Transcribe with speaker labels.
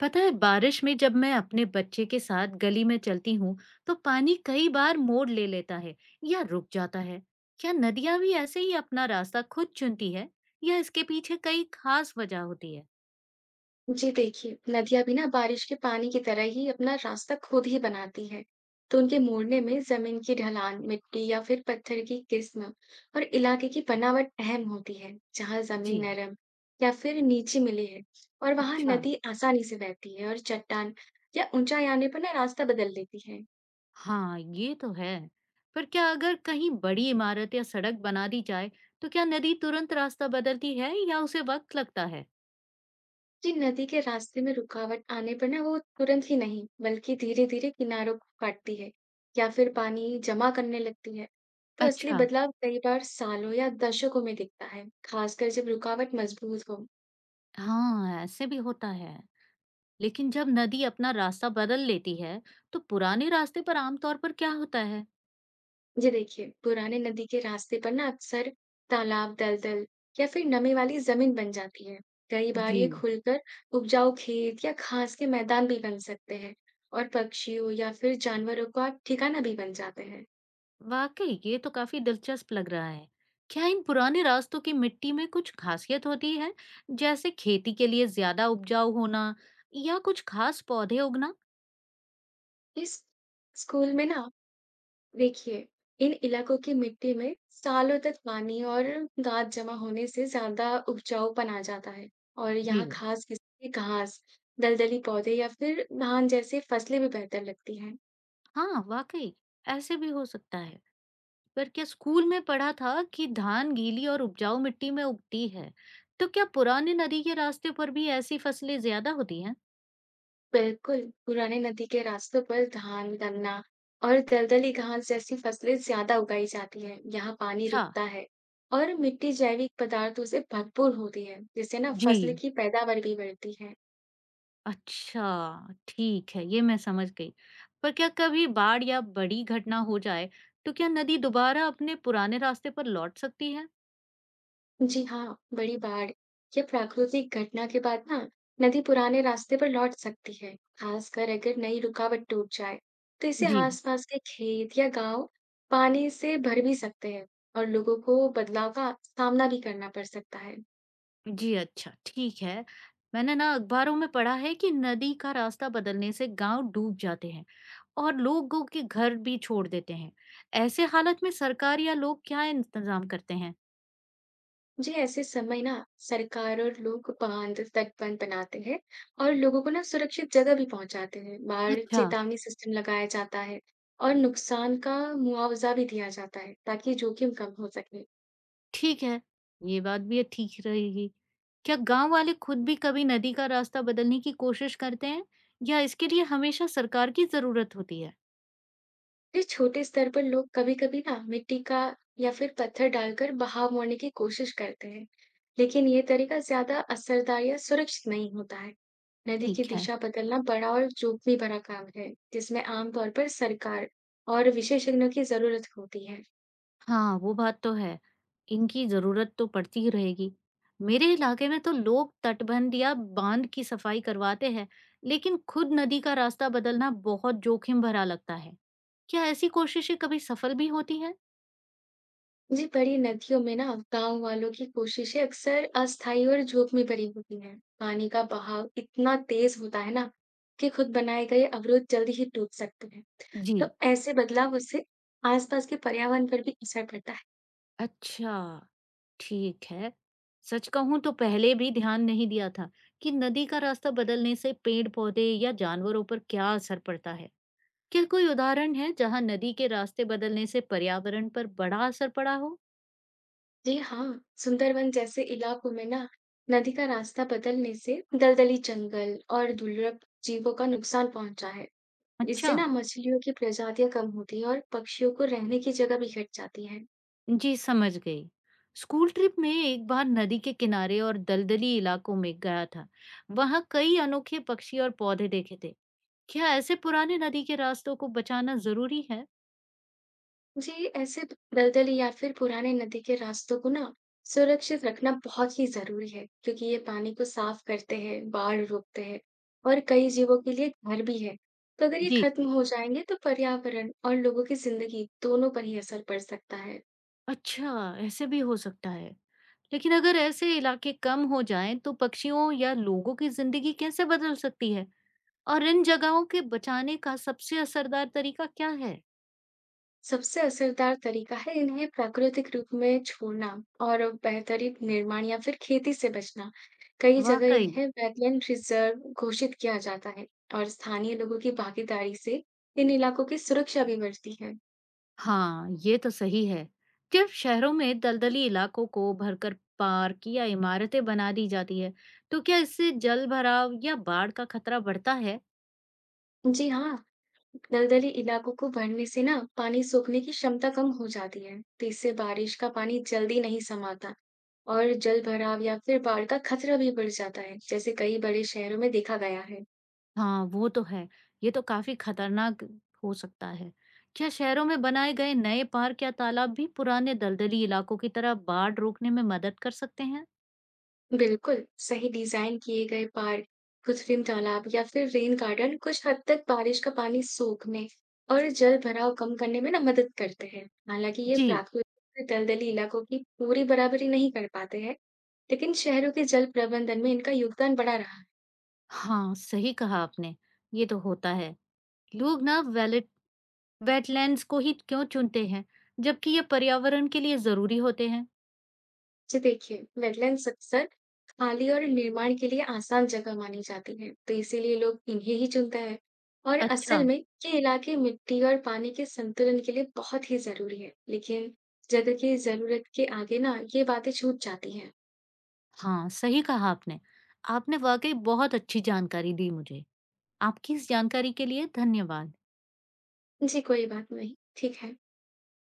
Speaker 1: पता है, बारिश में जब मैं अपने बच्चे के साथ गली में चलती हूँ, तो पानी कई बार मोड़ ले लेता है या रुक जाता है। क्या नदियां भी ऐसे ही अपना रास्ता खुद चुनती है, या इसके पीछे कई खास वजह होती है?
Speaker 2: जी देखिए, नदियाँ भी ना बारिश के पानी की तरह ही अपना रास्ता खुद ही बनाती हैं। तो उनके मोड़ने में जमीन की ढलान, मिट्टी या फिर पत्थर की किस्म और इलाके की बनावट अहम होती है। जहाँ
Speaker 1: जी।
Speaker 2: जमीन नरम या फिर नीची मिली है और वहाँ
Speaker 1: अच्छा।
Speaker 2: नदी आसानी से बहती है और चट्टान या ऊंचाई आने पर ना रास्ता बदल देती है।
Speaker 1: हाँ, ये तो है। पर क्या अगर कहीं बड़ी इमारत या सड़क बना दी जाए, तो क्या नदी तुरंत रास्ता बदलती है या उसे वक्त लगता है?
Speaker 2: जी, नदी के रास्ते में रुकावट आने पर ना वो तुरंत ही नहीं, बल्कि धीरे-धीरे किनारों को काटती है या फिर पानी जमा करने लगती है। तो असली
Speaker 1: अच्छा।
Speaker 2: बदलाव कई बार सालों या दशकों में दिखता है, खासकर जब रुकावट मजबूत हो।
Speaker 1: हाँ, ऐसे भी होता है। लेकिन जब नदी अपना रास्ता बदल लेती है, तो पुराने रास्ते पर आमतौर पर क्या होता है?
Speaker 2: ये देखिए, पुराने नदी के रास्ते पर ना अक्सर तालाब, दलदल या फिर नमी वाली जमीन बन जाती है। कई बार
Speaker 1: जी।
Speaker 2: ये खुलकर उपजाऊ खेत या घास के मैदान भी बन सकते हैं और पक्षियों या फिर जानवरों का ठिकाना भी बन जाते हैं।
Speaker 1: वाकई ये तो काफी दिलचस्प लग रहा है। क्या इन पुराने रास्तों की मिट्टी में कुछ खासियत होती है, जैसे खेती के लिए ज्यादा उपजाऊ होना या कुछ खास पौधे उगना?
Speaker 2: इस स्कूल में ना देखिए, इन इलाकों की मिट्टी में सालों तक पानी और गाद जमा होने से ज्यादा उपजाऊपन आ जाता है और
Speaker 1: जी।
Speaker 2: यहाँ खास किस्म की घास, दलदली पौधे या फिर धान जैसी फसलें भी बेहतर लगती हैं।
Speaker 1: हाँ, वाकई ऐसे भी हो सकता है। पर क्या स्कूल में पढ़ा था कि धान गीली और उपजाऊ मिट्टी में उगती है, तो क्या पुराने नदी के रास्ते पर भी ऐसी फसलें ज्यादा होती हैं?
Speaker 2: बिल्कुल, पुराने नदी के रास्तों पर धान, गन्ना और दलदली घास जैसी फसलें ज्यादा उगाई जाती हैं। यहाँ पानी
Speaker 1: अच्छा।
Speaker 2: रुकता है और मिट्टी जैविक पदार्थों से भरपूर होती है, जिससे ना
Speaker 1: जी।
Speaker 2: फसल की पैदावार भी बढ़ती है।
Speaker 1: अच्छा, ठीक है, ये मैं समझ गई। पर क्या कभी बाढ़ या बड़ी घटना हो जाए, तो क्या नदी दोबारा अपने पुराने रास्ते पर लौट सकती है?
Speaker 2: जी हाँ, बड़ी बाढ़ या प्राकृतिक घटना के बाद ना नदी पुराने रास्ते पर लौट सकती है, खासकर अगर नई रुकावट टूट जाए। तो इसे
Speaker 1: जी।
Speaker 2: आसपास के खेत या गांव पानी से भर भी सकते हैं और लोगों को बदलाव का सामना भी करना पड़ सकता है।
Speaker 1: जी अच्छा, ठीक है। मैंने अखबारों में पढ़ा है कि नदी का रास्ता बदलने से गांव डूब जाते हैं और लोगों के घर भी छोड़ देते हैं। ऐसे हालत में सरकार या लोग क्या इंतजाम करते हैं?
Speaker 2: जी ऐसे समय ना सरकार और लोग बांध तटबंध बनाते हैं और लोगों को ना सुरक्षित जगह भी पहुंचाते हैं। बाढ़
Speaker 1: अच्छा।
Speaker 2: चेतावनी सिस्टम लगाया जाता है और नुकसान का मुआवजा भी दिया जाता है ताकि जोखिम कम हो सके।
Speaker 1: ठीक है, ये बात भी ठीक रहेगी। क्या गाँव वाले खुद भी कभी नदी का रास्ता बदलने की कोशिश करते हैं, या इसके लिए हमेशा सरकार की ज़रूरत होती है?
Speaker 2: ये छोटे स्तर पर लोग कभी-कभी ना मिट्टी का या फिर पत्थर डालकर बहाव मोड़ने की कोशिश करते हैं, लेकिन ये तरीका ज्यादा असरदार या सुरक्षित नहीं होता है। नदी की
Speaker 1: ठीक है।
Speaker 2: दिशा बदलना बड़ा और जोखिम भरा काम है, जिसमें आमतौर पर सरकार और विशेषज्ञों की जरूरत होती है।
Speaker 1: हाँ, वो बात तो है। इनकी ज़रूरत तो पड़ती ही रहेगी। मेरे इलाके में तो लोग तटबंध या बांध की सफाई करवाते हैं, लेकिन खुद नदी का रास्ता बदलना बहुत जोखिम भरा लगता है। क्या ऐसी कोशिशें कभी सफल भी होती हैं?
Speaker 2: जी, बड़ी नदियों में ना गांव वालों की कोशिशें अक्सर अस्थायी और जोखिम भरी होती हैं। पानी का बहाव इतना तेज होता है ना कि खुद बनाए गए अवरोध जल्दी ही टूट सकते हैं। तो
Speaker 1: जी।
Speaker 2: ऐसे बदलावों से आसपास के पर्यावरण पर भी असर पड़ता है।
Speaker 1: अच्छा। ठीक है। सच कहूँ तो पहले भी ध्यान नहीं दिया था कि नदी का रास्ता बदलने से पेड़-पौधे या जानवरों पर क्या असर पड़ता है। क्या कोई उदाहरण है जहाँ नदी के रास्ते बदलने से पर्यावरण पर बड़ा असर पड़ा हो?
Speaker 2: जी हाँ, सुंदरबन जैसे इलाकों में ना नदी का रास्ता बदलने से दलदली जंगल और दुर्लभ जीवों का नुकसान पहुंचा है। इससे
Speaker 1: अच्छा।
Speaker 2: ना मछलियों की प्रजातियां कम होती है और पक्षियों को रहने की जगह भी घट जाती है।
Speaker 1: जी समझ गई। स्कूल ट्रिप में एक बार नदी के किनारे और दलदली इलाकों में गया था। वहाँ कई अनोखे पक्षी और पौधे देखे थे। क्या ऐसे पुराने नदी के रास्तों को बचाना ज़रूरी है?
Speaker 2: जी ऐसे दलदल या फिर पुराने नदी के रास्तों को ना सुरक्षित रखना बहुत ही जरूरी है, क्योंकि ये पानी को साफ करते हैं, बाढ़ रोकते हैं और कई जीवों के लिए घर भी है। तो अगर ये
Speaker 1: जी।
Speaker 2: खत्म हो जाएंगे तो पर्यावरण और लोगों की जिंदगी दोनों पर ही असर पड़ सकता है।
Speaker 1: अच्छा, ऐसे भी हो सकता है। लेकिन अगर ऐसे इलाके कम हो जाएँ, तो पक्षियों या लोगों की ज़िंदगी कैसे बदल सकती है? और इन जगहों के बचाने का सबसे असरदार तरीका क्या है?
Speaker 2: सबसे असरदार तरीका है इन्हें प्राकृतिक रूप में छोड़ना और बेहतरीन निर्माण या फिर खेती से बचना। कई जगह
Speaker 1: वाकई।
Speaker 2: इन्हें वेटलैंड रिजर्व घोषित किया जाता है और स्थानीय लोगों की भागीदारी से इन इलाकों की सुरक्षा भी बढ़ती है।
Speaker 1: हाँ, ये तो सही है। जब शहरों में दलदली इलाकों को भरकर पार्क या इमारतें बना दी जाती है, तो क्या इससे जल भराव या बाढ़ का खतरा बढ़ता है?
Speaker 2: जी हाँ, दलदली इलाकों को भरने से ना पानी सोखने की क्षमता कम हो जाती है, तो इससे बारिश का पानी जल्दी नहीं समाता और जल भराव या फिर बाढ़ का खतरा भी बढ़ जाता है, जैसे कई बड़े शहरों में देखा गया है।
Speaker 1: हाँ, वो तो है। ये तो काफ़ी खतरनाक हो सकता है। क्या शहरों में बनाए गए नए पार्क या तालाब भी पुराने दलदली इलाकों की तरह बाढ़ रोकने में मदद कर सकते हैं?
Speaker 2: बिल्कुल, सही डिज़ाइन किए गए पार्क, कृत्रिम तालाब या फिर रेन गार्डन कुछ हद तक बारिश का पानी सोखने और जल-भराव कम करने में ना मदद करते हैं। हालाँकि ये
Speaker 1: जी।
Speaker 2: प्राकृतिक दलदली इलाकों की पूरी बराबरी नहीं कर पाते हैं, लेकिन शहरों के जल प्रबंधन में इनका योगदान बड़ा रहा है।
Speaker 1: हाँ, सही कहा आपने। ये तो होता है। लोग ना वेलेट वेटलैंड्स को ही क्यों चुनते हैं, जबकि ये पर्यावरण के लिए ज़रूरी होते हैं?
Speaker 2: जी देखिए, वेटलैंड्स अक्सर खाली और निर्माण के लिए आसान जगह मानी जाती है, तो इसीलिए लोग इन्हें ही चुनते हैं। और
Speaker 1: अच्छा।
Speaker 2: असल में ये इलाके मिट्टी और पानी के संतुलन के लिए बहुत ही जरूरी है, लेकिन जगह की जरूरत के आगे ना ये बातें छूट जाती हैं।
Speaker 1: हाँ, सही कहा आपने। आपने वाक़ई बहुत अच्छी जानकारी दी मुझे। आपकी इस जानकारी के लिए धन्यवाद।
Speaker 2: जी कोई बात नहीं, ठीक है।